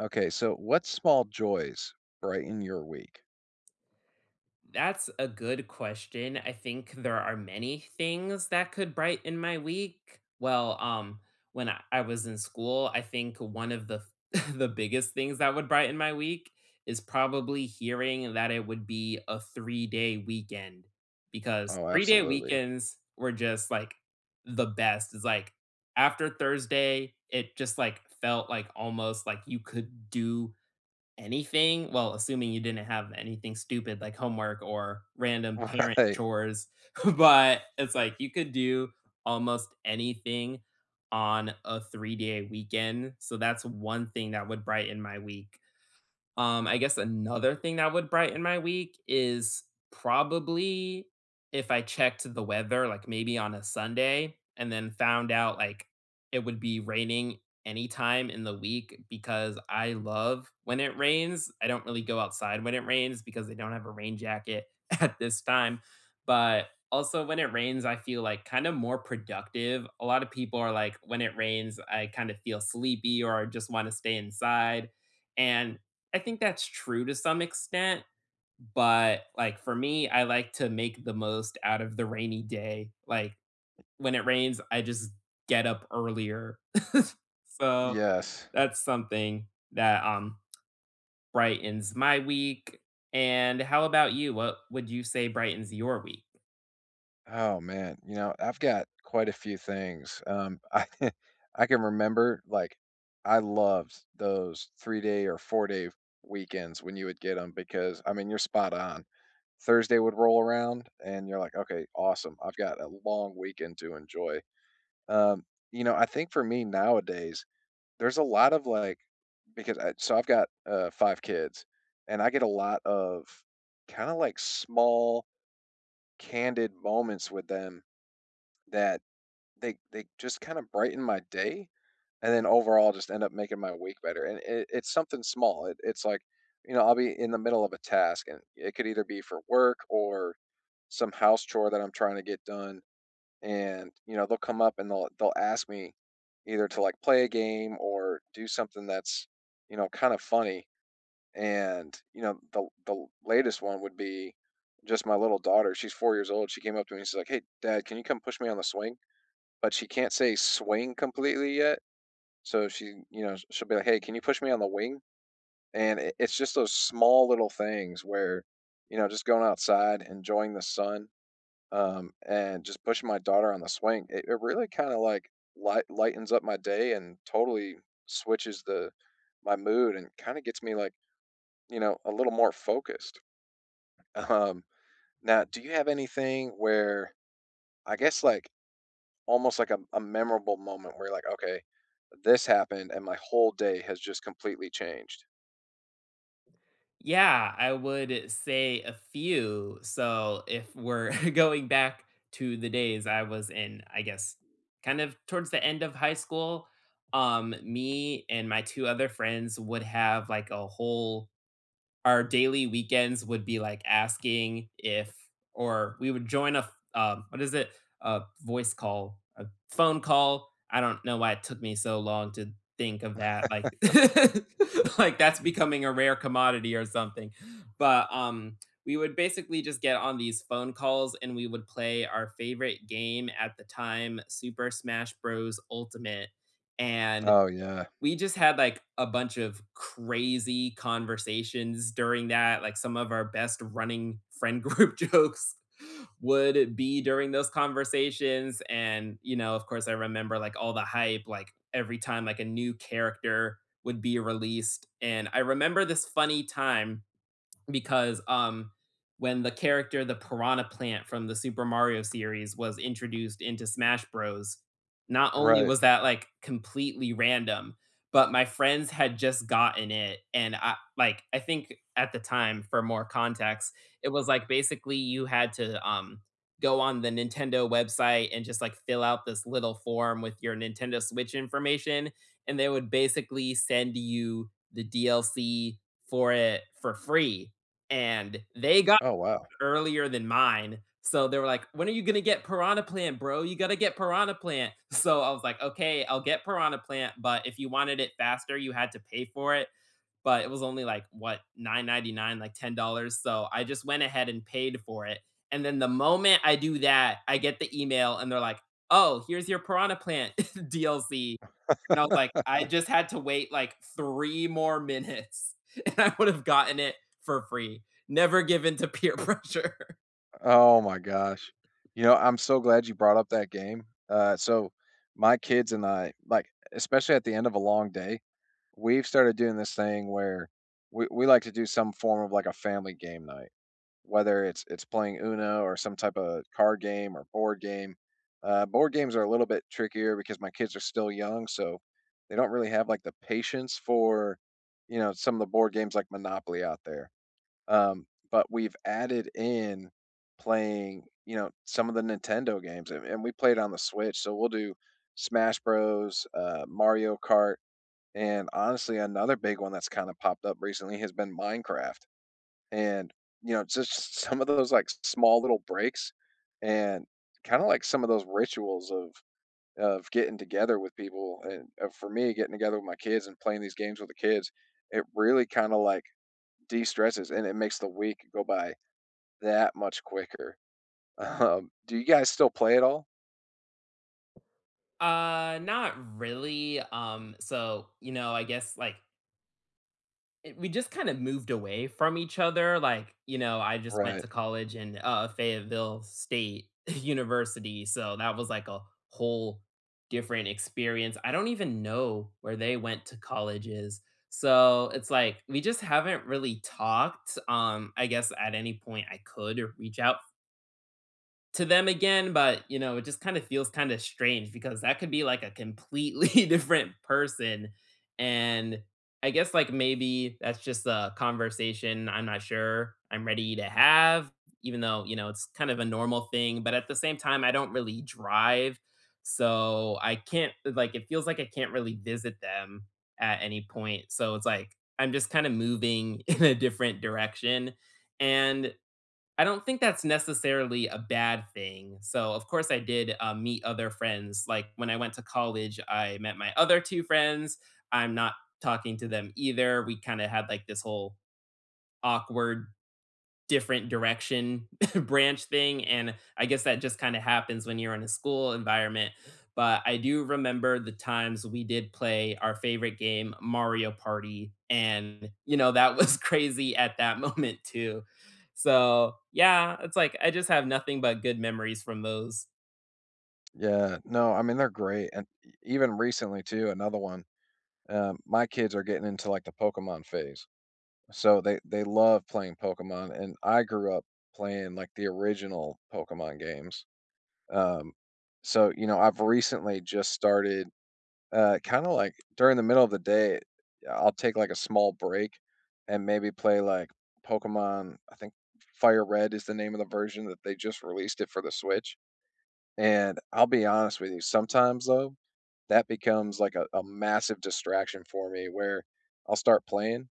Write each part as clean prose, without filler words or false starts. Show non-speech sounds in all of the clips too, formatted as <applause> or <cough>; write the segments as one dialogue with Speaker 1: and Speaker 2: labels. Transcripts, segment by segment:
Speaker 1: Okay, so what small joys brighten your week?
Speaker 2: That's a good question. I think there are many things that could brighten my week. Well, when I was in school, I think one of the <laughs> the biggest things that would brighten my week is probably hearing that it would be a 3-day weekend because
Speaker 1: Oh,
Speaker 2: 3-day
Speaker 1: absolutely.
Speaker 2: weekends were just like the best. It's like after Thursday, it just like felt like almost like you could do anything. Well, assuming you didn't have anything stupid like homework or random
Speaker 1: <laughs>
Speaker 2: parent
Speaker 1: Right.
Speaker 2: chores, <laughs> but it's like you could do almost anything on a 3-day weekend, so that's one thing that would brighten my week. I guess another thing that would brighten my week is probably if I checked the weather, like maybe on a Sunday, and then found out like it would be raining anytime in the week because I love when it rains. I don't really go outside when it rains because I don't have a rain jacket <laughs> at this time. But also, when it rains, I feel like kind of more productive. A lot of people are like, when it rains, I kind of feel sleepy or I just want to stay inside. And I think that's true to some extent, but, like, for me, I like to make the most out of the rainy day. Like, when it rains, I just get up earlier. <laughs> So,
Speaker 1: Yes.
Speaker 2: that's something that, brightens my week. And how about you? What would you say brightens your week?
Speaker 1: Oh man, you know, I've got quite a few things. <laughs> I can remember like I loved those 3-day or 4-day weekends when you would get them because I mean, you're spot on. Thursday would roll around and you're like, "Okay, awesome. I've got a long weekend to enjoy." Um, you know, I think for me nowadays there's a lot of, like because I so I've got, 5 kids, and I get a lot of kinda, like, small, candid moments with them that they just kinda brighten my day, and then overall just end up making my week better, and it's something small. It's like, you know, I'll be in the middle of a task, and it could either be for work or some house chore that I'm trying to get done. And you know, they'll come up and they'll ask me either to like play a game or do something that's, you know, kind of funny. And you know, the latest one would be just my little daughter, she's 4 years old. She came up to me and she's like, "Hey dad, can you come push me on the swing," but she can't say swing completely yet, so she, you know, she'll be like, "Hey, can you push me on the wing?" And it's just those small little things where, you know, just going outside enjoying the sun, and just pushing my daughter on the swing, it really kind of like lightens up my day and totally switches the my mood and kind of gets me like, you know, a little more focused. <laughs> Um, Now, do you have anything where, I guess, like, almost like a memorable moment where you're like, "Okay, this happened and my whole day has just completely changed?"
Speaker 2: Yeah, I would say a few. So if we're <laughs> going back to the days I was in, I guess, kind of towards the end of high school, me and my two other friends would have like a whole our daily weekends would be like asking if or we would join a, what is it, a voice call, a phone call. I don't know why it took me so long to think of that. Like <laughs> like that's becoming a rare commodity or something, but we would basically just get on these phone calls and we would play our favorite game at the time, Super Smash Bros Ultimate. And
Speaker 1: Oh yeah,
Speaker 2: we just had, like, a bunch of crazy conversations during that, like, some of our best running friend group <laughs> jokes would be during those conversations, and, you know, of course, I remember, like, all the hype, like, every time, like, a new character would be released. And I remember this funny time because when the character, the Piranha Plant from the Super Mario series, was introduced into Smash Bros, not only
Speaker 1: right.
Speaker 2: was that, like, completely random, but my friends had just gotten it, and I like, I think at the time, for more context, it was, like, basically you had to, go on the Nintendo website and just, like, fill out this little form with your Nintendo Switch information, and they would basically send you the DLC for it for free, and they got
Speaker 1: Oh wow.
Speaker 2: it earlier than mine. So they were like, "When are you gonna get Piranha Plant, bro? You gotta get Piranha Plant." <laughs> So I was like, "Okay, I'll get Piranha Plant, but if you wanted it faster, you had to pay for it." But it was only like what, 9.99, like $10. So I just went ahead and paid for it. And then the moment I do that, I get the email and they're like, "Oh, here's your Piranha Plant <laughs> DLC." And I was like, I just had to wait like 3 more minutes, <laughs> and I would have gotten it for free. Never give in to peer pressure. <laughs>
Speaker 1: Oh my gosh. You know, I'm so glad you brought up that game. So my kids and I, like, especially at the end of a long day, we've started doing this thing where we like to do some form of like a family game night, whether it's playing Uno or some type of card game or board game. Board games are a little bit trickier because my kids are still young, so they don't really have like the patience for, you know, some of the board games like Monopoly out there. But we've added in playing, you know, some of the Nintendo games, and we played on the Switch. So we'll do Smash Bros, Mario Kart, and honestly, another big one that's kind of popped up recently has been Minecraft. And you know, just <laughs> some of those like small little breaks, and kind of like some of those rituals of getting together with people, and for me, getting together with my kids and playing these games with the kids, it really kind of like de stresses and it makes the week go by that much quicker. Do you guys still play at all?
Speaker 2: Not really. So, you know, I guess like it we just kinda moved away from each other. Like, you know, I just went
Speaker 1: Right.
Speaker 2: to college in, Fayetteville State <laughs> University, so that was, like, a whole different experience. I don't even know where they went to colleges, so it's like, we just haven't really talked. Um, I guess at any point I could reach out to them again, but, you know, it just kinda feels kinda strange because that could be, like, a completely <laughs> different person, and I guess, like, maybe that's just a conversation I'm not sure I'm ready to have, even though, you know, it's kind of a normal thing. But at the same time, I don't really drive, so I can't like, it feels like I can't really visit them at any point, so it's like, I'm just kinda moving <laughs> in a different direction, and I don't think that's necessarily a bad thing. So, of course, I did, meet other friends. Like, when I went to college, I met my other 2 friends. I'm not talking to them either. We kinda had, like, this whole awkward different direction <laughs> branch thing, and I guess that just kinda happens when you're in a school environment. But I do remember the times we did play our favorite game, Mario Party, and, you know, that was <laughs> crazy at that moment too. So, yeah, it's like I just have nothing but good memories from those.
Speaker 1: Yeah. No, I mean they're great, and even recently too. Another one. My kids are getting into like the Pokemon phase, so they love playing Pokemon, and I grew up playing like the original Pokemon games. Um, so you know, I've recently just started. Kinda like during the middle of the day, I'll take, like, a small break and maybe play, like, Pokemon. I think Fire Red is the name of the version that they just released it for the Switch, and I'll be honest with you, sometimes, though, that becomes, like, a massive distraction for me where I'll start playing,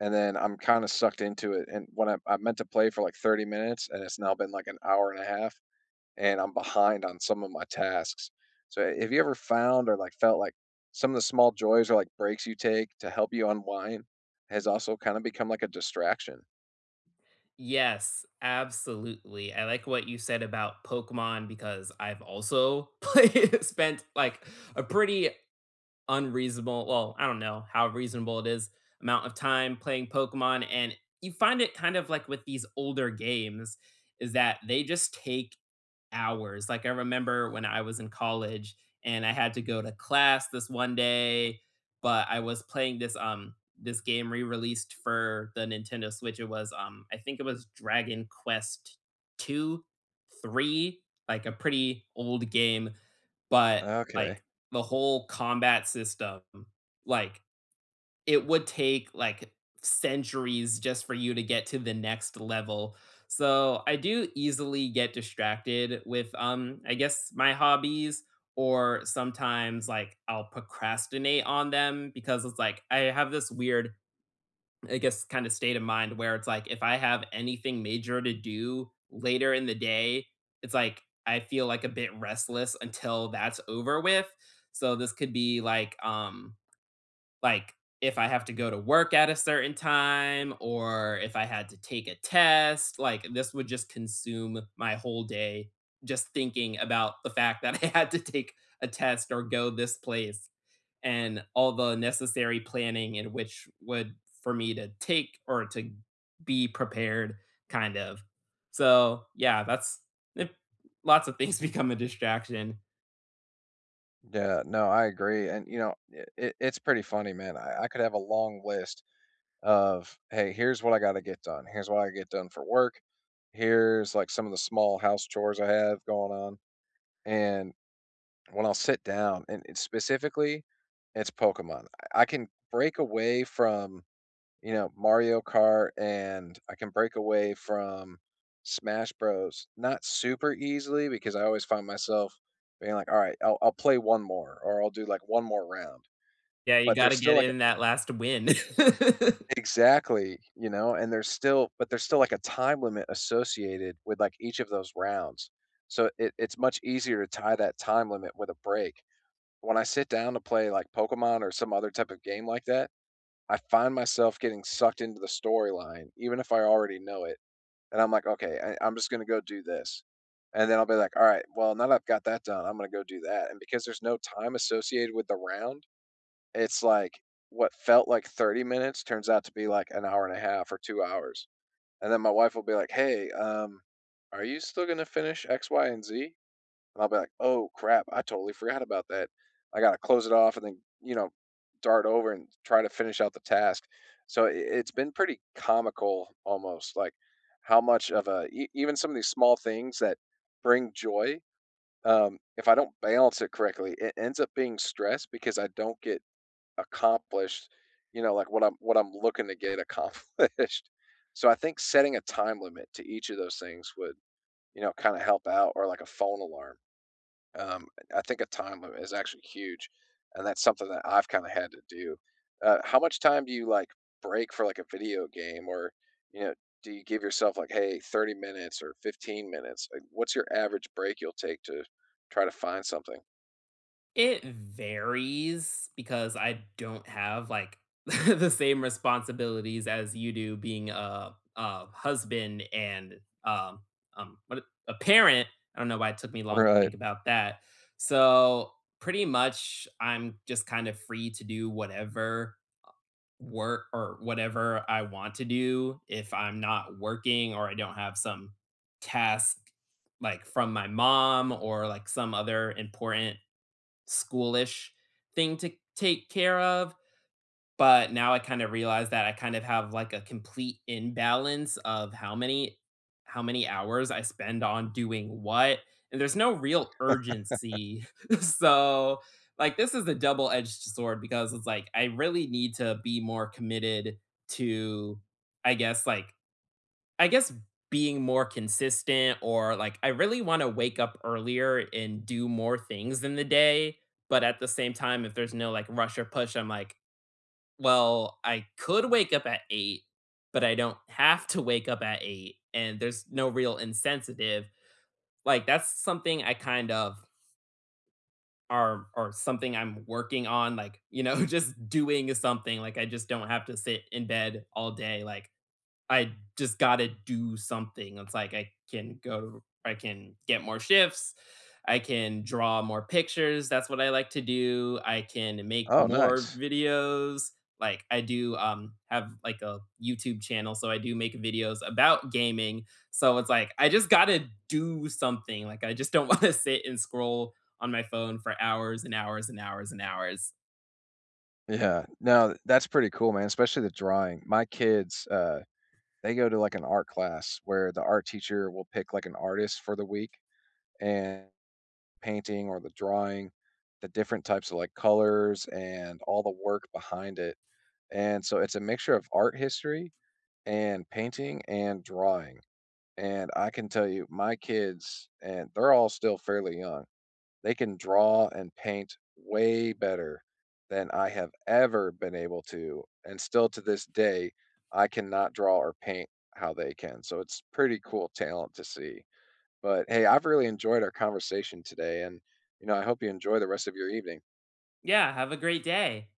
Speaker 1: and then I'm kinda sucked into it, and when I meant to play for, like, 30 minutes, and it's now been, like, an hour and a half and I'm behind on some of my tasks. So have you ever found or like felt like some of the small joys or like breaks you take to help you unwind has also kind of become like a distraction?
Speaker 2: Yes, absolutely. I like what you said about Pokemon because I've also <laughs> played, spent, like, a pretty unreasonable well, I don't know how reasonable it is, amount of time playing Pokemon, and you find it kind of like with these older games is that they just take hours. Like, I remember when I was in college and I had to go to class this one day, but I was playing this, this game re-released for the Nintendo Switch. It was, I think it was Dragon Quest 2, 3, like a pretty old game, but,
Speaker 1: Okay.
Speaker 2: like, the whole combat system, like, it would take, like, centuries just for you to get to the next level. So, I do easily get distracted with, I guess, my hobbies, or sometimes, like, I'll procrastinate on them because it's like I have this weird I guess, kind of state of mind where it's like, if I have anything major to do later in the day, it's like I feel like a bit restless until that's over with. So this could be like if I have to go to work at a certain time or if I had to take a test, like this would just consume my whole day just thinking about the fact that <laughs> I had to take a test or go this place and all the necessary planning in which would for me to take or to be prepared kind of. So, yeah, that's it, lots of things <laughs> become a distraction.
Speaker 1: Yeah, no, I agree. And you know, it's pretty funny, man. I could have a long list of, hey, here's what I got to get done. Here's what I get done for work. Here's like some of the small house chores I have going on. And when I'll sit down and it's specifically, it's Pokemon. I can break away from, you know, Mario Kart and I can break away from Smash Bros. Not super easily because I always find myself being like, "All right, I'll play one more, or I'll do like one more round."
Speaker 2: Yeah, you
Speaker 1: But there's
Speaker 2: gotta
Speaker 1: still
Speaker 2: get
Speaker 1: like
Speaker 2: in
Speaker 1: a,
Speaker 2: that last win. <laughs>
Speaker 1: exactly, you know, and there's still, but there's still like a time limit associated with like each of those rounds. So it's much easier to tie that time limit with a break. When I sit down to play, like, Pokemon or some other type of game like that, I find myself getting sucked into the storyline, even if I already know it, and I'm like, "Okay, I'm just gonna go do this," and then I'll be like, "Alright, well, now that I've got that done, I'm gonna go do that," and because there's no time associated with the round, it's like what felt like 30 minutes turns out to be, like, an hour and a half or 2 hours, and then my wife will be like, "Hey, are you still gonna finish X, Y, and Z?" And I'll be like, "Oh, crap, I totally forgot about that. I gotta close it off and then, you know, dart over and try to finish out the task." So I it's been pretty comical almost, like, how much of a e even some of these small things that bring joy, if I don't balance it correctly, it ends up being stress because I don't get accomplished, you know, like, what I'm looking to get accomplished. <laughs> So I think setting a time limit to each of those things would, you know, kinda help out, or like a phone alarm. Um, I think a time limit is actually huge, and that's something that I've kinda had to do. How much time do you, like, break for, like, a video game or, you know, do you give yourself, like, "Hey, 30 minutes or 15 minutes?" Like, what's your average break you'll take to try to find something?
Speaker 2: It varies because I don't have like <laughs> the same responsibilities as you do, being a husband and what a parent. I don't know why it took me long to
Speaker 1: Right.
Speaker 2: think about that. So pretty much I'm just kind of free to do whatever work or whatever I want to do if I'm not working or I don't have some task like from my mom or like some other important schoolish thing to take care of. But now I kind of realize that I kind of have like a complete imbalance of how many hours I spend on doing what, and there's no real urgency. <laughs> So, like, this is a double-edged sword because it's like I really need to be more committed to I guess like I guess being more consistent, or like I really want to wake up earlier and do more things in the day, but at the same time if there's no like rush or push, I'm like, well, I could wake up at 8, but I don't have to wake up at 8 and there's no real insensitive. Like that's something I kind of are or something I'm working on, like, you know, <laughs> just doing something. Like I just don't have to sit in bed all day, like I just gotta do something. It's like I can I can get more shifts, I can draw more pictures, that's what I like to do, I can make
Speaker 1: Oh,
Speaker 2: more
Speaker 1: nice.
Speaker 2: videos. Like I do, have like a YouTube channel, so I do make videos about gaming. So it's like I just gotta do something. Like I just don't <laughs> wanna sit and scroll on my phone for hours and hours and hours and hours.
Speaker 1: Yeah. No, that's pretty cool, man, especially the drawing. My kids, they go to, like, an art class where the art teacher will pick, like, an artist for the week, and painting or the drawing, the different types of, like, colors and all the work behind it, and so it's a mixture of art history and painting and drawing, and I can tell you my kids and they're all still fairly young, they can draw and paint way better than I have ever been able to, and still to this day, I cannot draw or paint how they can, so it's pretty cool talent to see. But hey, I've really enjoyed our conversation today, and you know, I hope you enjoy the rest of your evening.
Speaker 2: Yeah, have a great day.